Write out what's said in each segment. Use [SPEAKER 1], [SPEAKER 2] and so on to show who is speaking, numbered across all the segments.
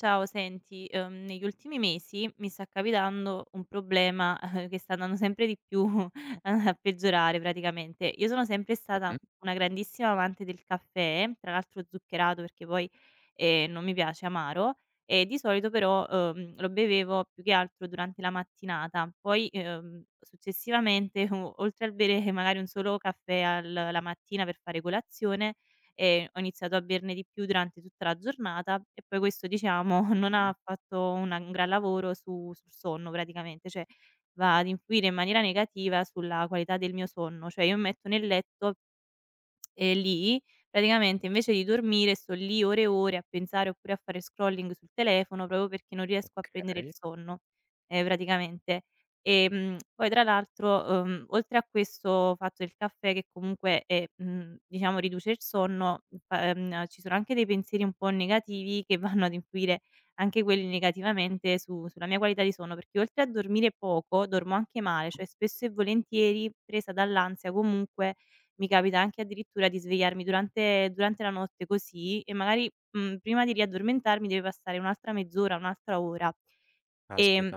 [SPEAKER 1] Ciao, senti, negli ultimi mesi mi sta capitando un problema che sta andando sempre di più a peggiorare praticamente. Io sono sempre stata
[SPEAKER 2] Mh,
[SPEAKER 1] una grandissima amante del caffè, tra l'altro zuccherato perché poi non mi piace amaro, e di solito però lo bevevo più che altro durante la mattinata. Poi successivamente, oltre al bere magari un solo caffè la mattina per fare colazione, e ho iniziato a berne di più durante tutta la giornata e poi questo diciamo non ha fatto una un gran lavoro su sul sonno praticamente, cioè va ad influire in maniera negativa sulla qualità del mio sonno. Cioè io mi metto nel letto e lì praticamente invece di dormire sto lì ore e ore a pensare oppure a fare scrolling sul telefono proprio perché non riesco a prendere il
[SPEAKER 2] okay.
[SPEAKER 1] sonno, praticamente. Poi tra l'altro, oltre a questo fatto del caffè che comunque, è diciamo riduce il sonno, fa ci sono anche dei pensieri un po' negativi che vanno ad influire anche quelli negativamente su sulla mia qualità di sonno, perché oltre a dormire poco, dormo anche male, cioè spesso e volentieri presa dall'ansia comunque mi capita anche addirittura di svegliarmi durante la notte così e magari, prima di riaddormentarmi deve passare un'altra mezz'ora, un'altra ora. Ehm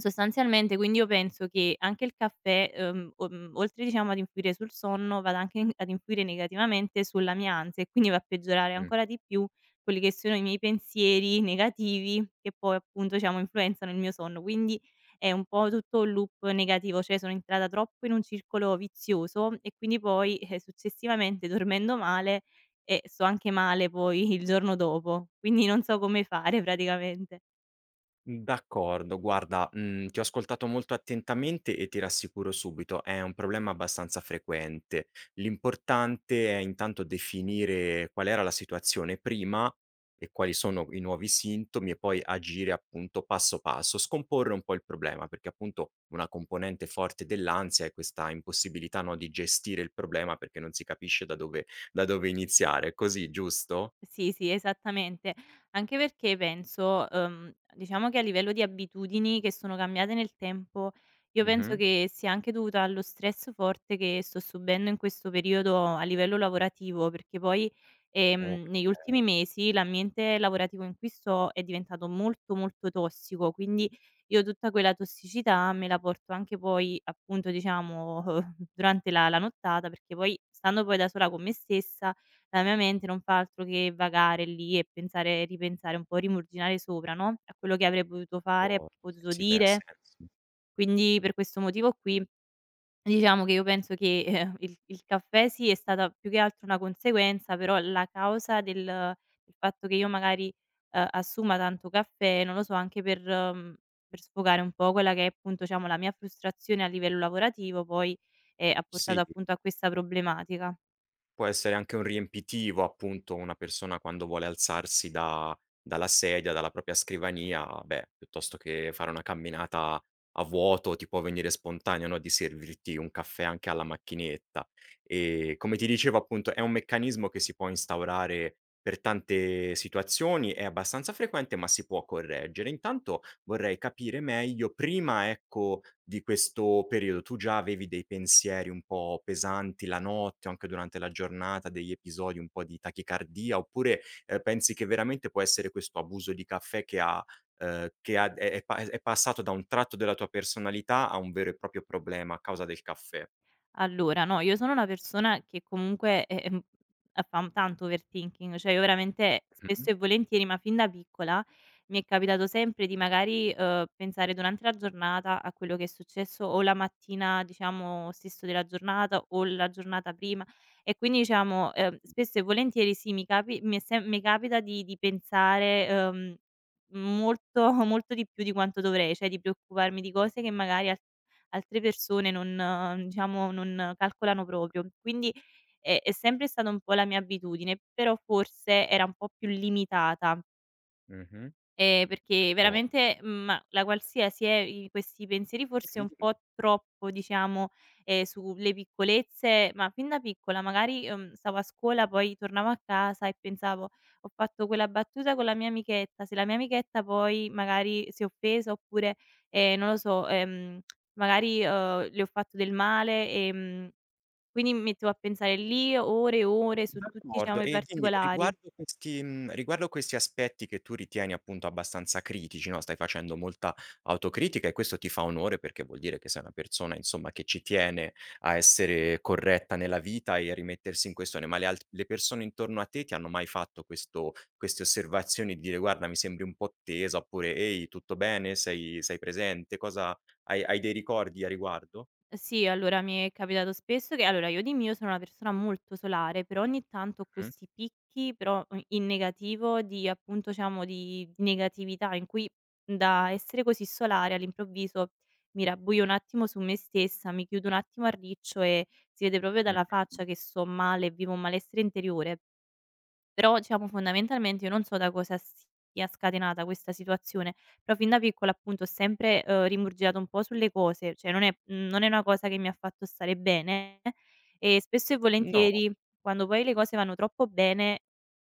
[SPEAKER 1] Sostanzialmente, quindi io penso che anche il caffè, oltre diciamo ad influire sul sonno, vada anche in ad influire negativamente sulla mia ansia e quindi va a peggiorare
[SPEAKER 2] Mh.
[SPEAKER 1] ancora di più quelli che sono i miei pensieri negativi che poi appunto diciamo influenzano il mio sonno. Quindi è un po' tutto un loop negativo, cioè sono entrata troppo in un circolo vizioso e quindi poi, successivamente dormendo male, sto anche male poi il giorno dopo. Quindi non so come fare praticamente.
[SPEAKER 2] D'accordo, guarda, ti ho ascoltato molto attentamente e ti rassicuro subito, è un problema abbastanza frequente. L'importante è intanto definire qual era la situazione prima e quali sono i nuovi sintomi e poi agire appunto passo passo, scomporre un po' il problema, perché appunto una componente forte dell'ansia è questa impossibilità, no, di gestire il problema perché non si capisce da dove iniziare. Così, giusto?
[SPEAKER 1] Sì, sì, esattamente. Anche perché penso, diciamo che a livello di abitudini che sono cambiate nel tempo, io penso
[SPEAKER 2] Mh-mh.
[SPEAKER 1] che sia anche dovuta allo stress forte che sto subendo in questo periodo a livello lavorativo, perché poi, negli
[SPEAKER 2] Okay.
[SPEAKER 1] ultimi mesi l'ambiente lavorativo in cui sto è diventato molto, molto tossico, quindi io tutta quella tossicità me la porto anche poi, appunto, diciamo, durante la nottata, perché poi stando poi da sola con me stessa la mia mente non fa altro che vagare lì e pensare e ripensare un po', rimuginare sopra, no, a quello che avrei potuto fare,
[SPEAKER 2] Oh,
[SPEAKER 1] potuto
[SPEAKER 2] sì, beh, ha
[SPEAKER 1] dire.
[SPEAKER 2] senso.
[SPEAKER 1] Quindi per questo motivo qui, diciamo che io penso che, il caffè sì, è stata più che altro una conseguenza, però la causa del fatto che io magari, assuma tanto caffè, non lo so, anche per sfogare un po' quella che è appunto, diciamo, la mia frustrazione a livello lavorativo poi, ha
[SPEAKER 2] Sì,
[SPEAKER 1] portato appunto a questa problematica.
[SPEAKER 2] può essere anche un riempitivo, appunto, una persona quando vuole alzarsi da dalla sedia, dalla propria scrivania, beh, piuttosto che fare una camminata a vuoto, ti può venire spontaneo, no, di servirti un caffè anche alla macchinetta. Come ti dicevo, appunto, è un meccanismo che si può instaurare per tante situazioni, è abbastanza frequente, ma si può correggere. Intanto, vorrei capire meglio prima, ecco, di questo periodo, tu già avevi dei pensieri un po' pesanti la notte o anche durante la giornata, degli episodi un po' di tachicardia, oppure, pensi che veramente può essere questo abuso di caffè che ha è passato da un tratto della tua personalità a un vero e proprio problema a causa del caffè?
[SPEAKER 1] Allora, no, io sono una persona che comunque, a fa tanto overthinking, cioè io veramente
[SPEAKER 2] Mh-mh.
[SPEAKER 1] spesso e volentieri, ma fin da piccola, mi è capitato sempre di magari, pensare durante la giornata a quello che è successo o la mattina, diciamo, stesso della giornata o la giornata prima e quindi diciamo, spesso e volentieri sì, mi capi mi è sem mi capita di pensare, molto molto di più di quanto dovrei, cioè di preoccuparmi di cose che magari al altre persone non diciamo, non calcolano proprio. Quindi è sempre stata un po' la mia abitudine, però forse era un po' più limitata.
[SPEAKER 2] Mh-mh.
[SPEAKER 1] Perché
[SPEAKER 2] Co
[SPEAKER 1] veramente, ma la qualsiasi è i questi pensieri forse
[SPEAKER 2] Dimmi,
[SPEAKER 1] un
[SPEAKER 2] dimmi.
[SPEAKER 1] po' troppo, diciamo, sulle piccolezze, ma fin da piccola magari, stavo a scuola, poi tornavo a casa e pensavo: "Ho fatto quella battuta con la mia amichetta, se la mia amichetta poi magari si è offesa oppure, non lo so, magari, le ho fatto del male", quindi mi mettevo a pensare lì ore e ore su tutti, diciamo,
[SPEAKER 2] D'accordo
[SPEAKER 1] i
[SPEAKER 2] e dimmi
[SPEAKER 1] particolari.
[SPEAKER 2] riguardo questi aspetti che tu ritieni appunto abbastanza critici, no, stai facendo molta autocritica e questo ti fa onore perché vuol dire che sei una persona insomma che ci tiene a essere corretta nella vita e a rimettersi in questione, ma le persone intorno a te ti hanno mai fatto questo queste osservazioni di dire: "Guarda mi sembri un po' tesa" oppure: "Ehi tutto bene? Sei presente? Cosa hai dei ricordi a riguardo?"
[SPEAKER 1] Sì, allora mi è capitato spesso che allora io di mio sono una persona molto solare, però ogni tanto ho
[SPEAKER 2] Mh,
[SPEAKER 1] questi picchi, però o in negativo di appunto diciamo di negatività in cui da essere così solare all'improvviso mi rabbuio un attimo su me stessa, mi chiudo un attimo a riccio e si vede proprio dalla
[SPEAKER 2] mh.
[SPEAKER 1] faccia che sto male, vivo un malessere interiore. Però diciamo fondamentalmente io non so da cosa sia scatenata questa situazione, però fin da piccola appunto ho sempre, rimurgitato un po' sulle cose, cioè non è una cosa che mi ha fatto stare bene e spesso e
[SPEAKER 2] No.
[SPEAKER 1] volentieri quando poi le cose vanno troppo bene,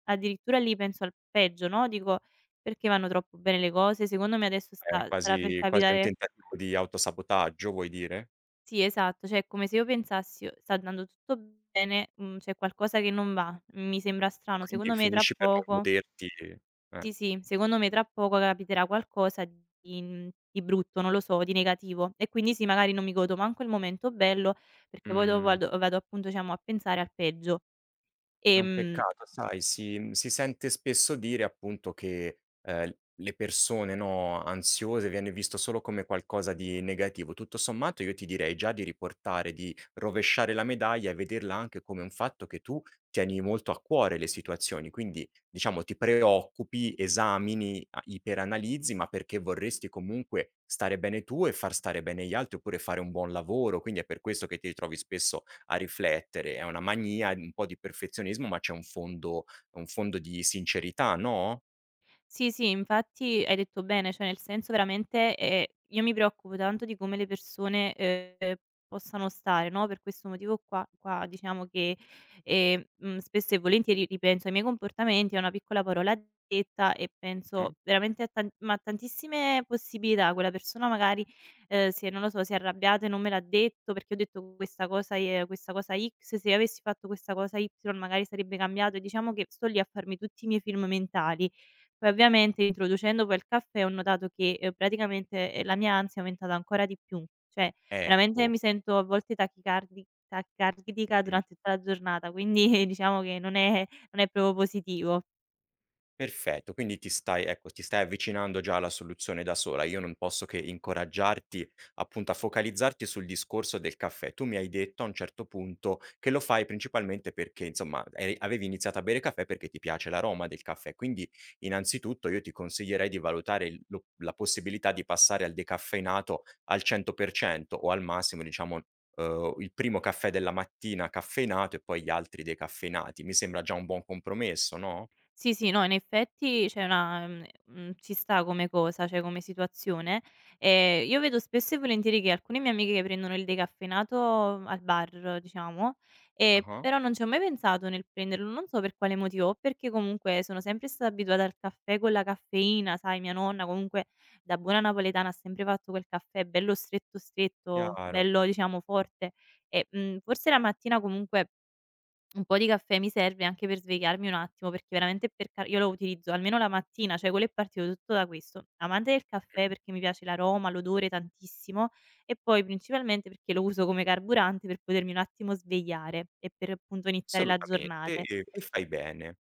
[SPEAKER 1] addirittura lì penso al peggio, no, dico: "Perché vanno troppo bene le cose? Secondo me adesso
[SPEAKER 2] È
[SPEAKER 1] sta sarà per
[SPEAKER 2] quasi quasi un
[SPEAKER 1] capitare".
[SPEAKER 2] tentativo di autosabotaggio vuoi dire?
[SPEAKER 1] Sì, esatto, cioè è come se io pensassi: "Oh, sta andando tutto bene, c'è qualcosa che non va, mi sembra
[SPEAKER 2] E
[SPEAKER 1] strano,
[SPEAKER 2] quindi
[SPEAKER 1] secondo me tra
[SPEAKER 2] finisci per non
[SPEAKER 1] poco".
[SPEAKER 2] goderti eh,
[SPEAKER 1] Sì, sì, secondo me tra poco capiterà qualcosa di brutto, non lo so, di negativo e quindi sì, magari non mi godo manco il momento bello perché poi dopo
[SPEAKER 2] mhmm
[SPEAKER 1] vado appunto, diciamo, a pensare al peggio.
[SPEAKER 2] È un
[SPEAKER 1] Ehm
[SPEAKER 2] peccato, sai, si sente spesso dire appunto che, le persone, no, ansiose viene visto solo come qualcosa di negativo. Tutto sommato io ti direi già di riportare, di rovesciare la medaglia e vederla anche come un fatto che tu tieni molto a cuore le situazioni, quindi diciamo ti preoccupi, esamini, a iperanalizzi, ma perché vorresti comunque stare bene tu e far stare bene gli altri, oppure fare un buon lavoro. Quindi è per questo che ti ritrovi spesso a riflettere. È una mania, un po' di perfezionismo, ma c'è un fondo di sincerità, no,
[SPEAKER 1] Sì, sì, infatti hai detto bene, cioè nel senso veramente, io mi preoccupo tanto di come le persone, possano stare, no, per questo motivo qua diciamo che, spesso e volentieri ripenso ai miei comportamenti, a una piccola parola detta e penso
[SPEAKER 2] mh-mh,
[SPEAKER 1] veramente a tan ma a tantissime possibilità. Quella persona magari, se non lo so, si è arrabbiata e non me l'ha detto perché ho detto questa cosa e questa cosa X, se avessi fatto questa cosa Y magari sarebbe cambiato e diciamo che sto lì a farmi tutti i miei film mentali. Poi ovviamente introducendo poi il caffè ho notato che, praticamente, la mia ansia è aumentata ancora di più. Cioè veramente
[SPEAKER 2] ecco,
[SPEAKER 1] mi sento a volte tachicardica
[SPEAKER 2] mh.
[SPEAKER 1] durante tutta la giornata, quindi diciamo che non è proprio positivo.
[SPEAKER 2] Perfetto, quindi ti stai avvicinando già alla soluzione da sola. Io non posso che incoraggiarti, appunto, a focalizzarti sul discorso del caffè. Tu mi hai detto a un certo punto che lo fai principalmente perché, insomma, eri avevi iniziato a bere caffè perché ti piace l'aroma del caffè. Quindi, innanzitutto, io ti consiglierei di valutare il lo la possibilità di passare al decaffeinato al 100% o al massimo, diciamo, il primo caffè della mattina caffeinato e poi gli altri decaffeinati. Mi sembra già un buon compromesso, no?
[SPEAKER 1] Sì, sì, no, in effetti c'è una ci sta come cosa, cioè come situazione. Io vedo spesso e volentieri che alcune mie amiche che prendono il decaffeinato al bar, diciamo,
[SPEAKER 2] Ah-ah.
[SPEAKER 1] però non ci ho mai pensato nel prenderlo, non so per quale motivo, o perché comunque sono sempre stata abituata al caffè con la caffeina, sai, mia nonna comunque da buona napoletana ha sempre fatto quel caffè bello stretto, stretto,
[SPEAKER 2] Chiaro,
[SPEAKER 1] bello diciamo forte e, forse la mattina comunque un po' di caffè mi serve anche per svegliarmi un attimo, perché veramente per car io lo utilizzo almeno la mattina, cioè quello è partito tutto da questo. Amante del caffè perché mi piace l'aroma, l'odore tantissimo e poi principalmente perché lo uso come carburante per potermi un attimo svegliare e per appunto iniziare la
[SPEAKER 2] assolutamente
[SPEAKER 1] giornate.
[SPEAKER 2] e fai bene.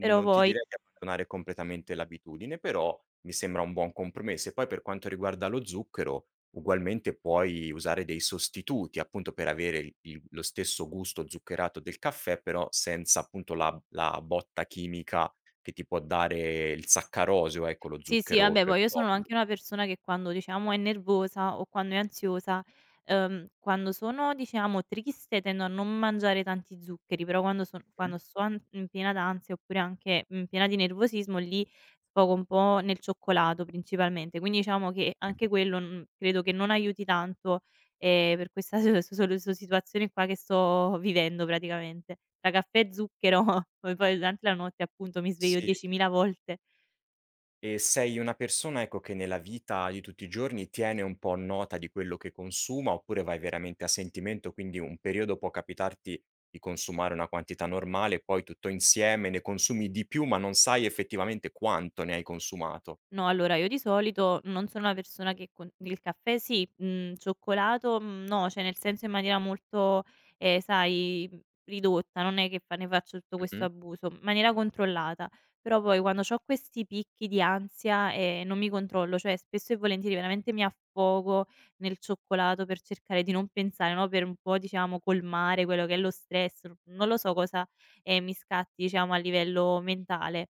[SPEAKER 1] Però
[SPEAKER 2] ti
[SPEAKER 1] poi.
[SPEAKER 2] direi di abbandonare completamente l'abitudine, però mi sembra un buon compromesso. E poi per quanto riguarda lo zucchero, ugualmente puoi usare dei sostituti, appunto per avere il lo stesso gusto zuccherato del caffè, però senza appunto la botta chimica che ti può dare il saccarosio, ecco, lo
[SPEAKER 1] Sì, sì,
[SPEAKER 2] zucchero
[SPEAKER 1] vabbè
[SPEAKER 2] vero e
[SPEAKER 1] poi io sono
[SPEAKER 2] proprio.
[SPEAKER 1] anche una persona che quando diciamo è nervosa o quando è ansiosa, quando sono diciamo triste tendo a non mangiare tanti zuccheri, però quando sto an in piena d'ansia oppure anche in piena di nervosismo lì sfogo un po' nel cioccolato principalmente. Quindi diciamo che anche
[SPEAKER 2] Mh-mh.
[SPEAKER 1] quello, credo che non aiuti tanto, per questa situazione qua che sto vivendo praticamente. Tra caffè e zucchero poi durante la notte appunto mi sveglio
[SPEAKER 2] Sì.
[SPEAKER 1] 10.000 volte.
[SPEAKER 2] E sei una persona, ecco, che nella vita di tutti i giorni tiene un po' nota di quello che consuma, oppure vai veramente a sentimento, quindi un periodo può capitarti di consumare una quantità normale, poi tutto insieme ne consumi di più, ma non sai effettivamente quanto ne hai consumato.
[SPEAKER 1] No, allora io di solito non sono una persona che con il caffè sì, cioccolato, no, cioè nel senso in maniera molto, sai, ridotta, non è che fa ne faccio tutto questo
[SPEAKER 2] Mh-mh.
[SPEAKER 1] abuso, in maniera controllata. Però poi quando c'ho questi picchi di ansia, non mi controllo, cioè spesso e volentieri veramente mi affogo nel cioccolato per cercare di non pensare, no, per un po' diciamo colmare quello che è lo stress, non lo so cosa, mi scatti diciamo a livello mentale.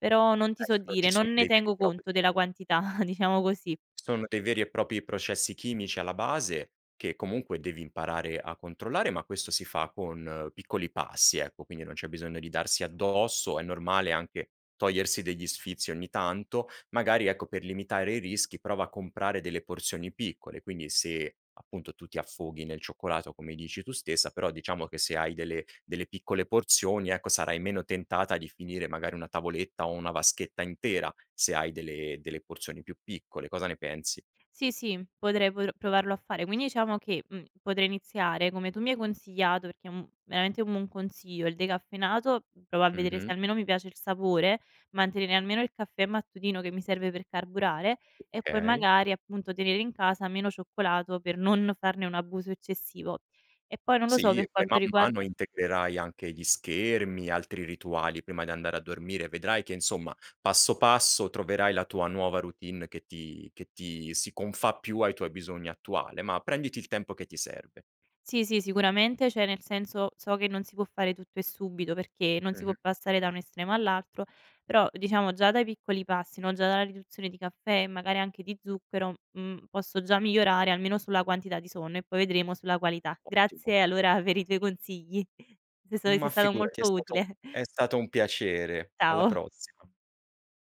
[SPEAKER 1] Però non ti so
[SPEAKER 2] Adesso non ci
[SPEAKER 1] dire,
[SPEAKER 2] sono
[SPEAKER 1] non ne
[SPEAKER 2] dei veri e
[SPEAKER 1] tengo
[SPEAKER 2] propri.
[SPEAKER 1] conto della quantità, diciamo così.
[SPEAKER 2] Sono dei veri e propri processi chimici alla base, che comunque devi imparare a controllare, ma questo si fa con piccoli passi, ecco, quindi non c'è bisogno di darsi addosso, è normale anche togliersi degli sfizi ogni tanto. Magari, ecco, per limitare i rischi prova a comprare delle porzioni piccole, quindi se appunto tu ti affoghi nel cioccolato come dici tu stessa, però diciamo che se hai delle piccole porzioni, ecco, sarai meno tentata di finire magari una tavoletta o una vaschetta intera, se hai delle porzioni più piccole. Cosa ne pensi?
[SPEAKER 1] Sì, sì, potrei por provarlo a fare. Quindi diciamo che, potrei iniziare come tu mi hai consigliato, perché è un veramente un buon consiglio, il decaffeinato, provo a vedere se
[SPEAKER 2] Mh-mh.
[SPEAKER 1] almeno mi piace il sapore, mantenere almeno il caffè mattutino che mi serve per carburare e poi
[SPEAKER 2] Okay.
[SPEAKER 1] magari, appunto, tenere in casa meno cioccolato per non farne un abuso eccessivo. E poi non lo so
[SPEAKER 2] Sì,
[SPEAKER 1] per
[SPEAKER 2] e poi
[SPEAKER 1] quanto
[SPEAKER 2] man mano
[SPEAKER 1] riguarda.
[SPEAKER 2] integrerai anche gli schermi, altri rituali prima di andare a dormire. Vedrai che insomma, passo passo troverai la tua nuova routine che ti si confà più ai tuoi bisogni attuale, ma prenditi il tempo che ti serve.
[SPEAKER 1] Sì, sì, sicuramente, cioè nel senso so che non si può fare tutto e subito perché non si può
[SPEAKER 2] Mh-mh.
[SPEAKER 1] passare da un estremo all'altro, però diciamo già dai piccoli passi, no, già dalla riduzione di caffè e magari anche di zucchero, posso già migliorare almeno sulla quantità di sonno e poi vedremo sulla qualità.
[SPEAKER 2] Ottimo.
[SPEAKER 1] Grazie allora per i tuoi consigli. Sei
[SPEAKER 2] Ma
[SPEAKER 1] stato
[SPEAKER 2] figurati, è
[SPEAKER 1] molto
[SPEAKER 2] stato
[SPEAKER 1] utile.
[SPEAKER 2] è stato un piacere. Alla
[SPEAKER 1] Ciao.
[SPEAKER 2] prossima.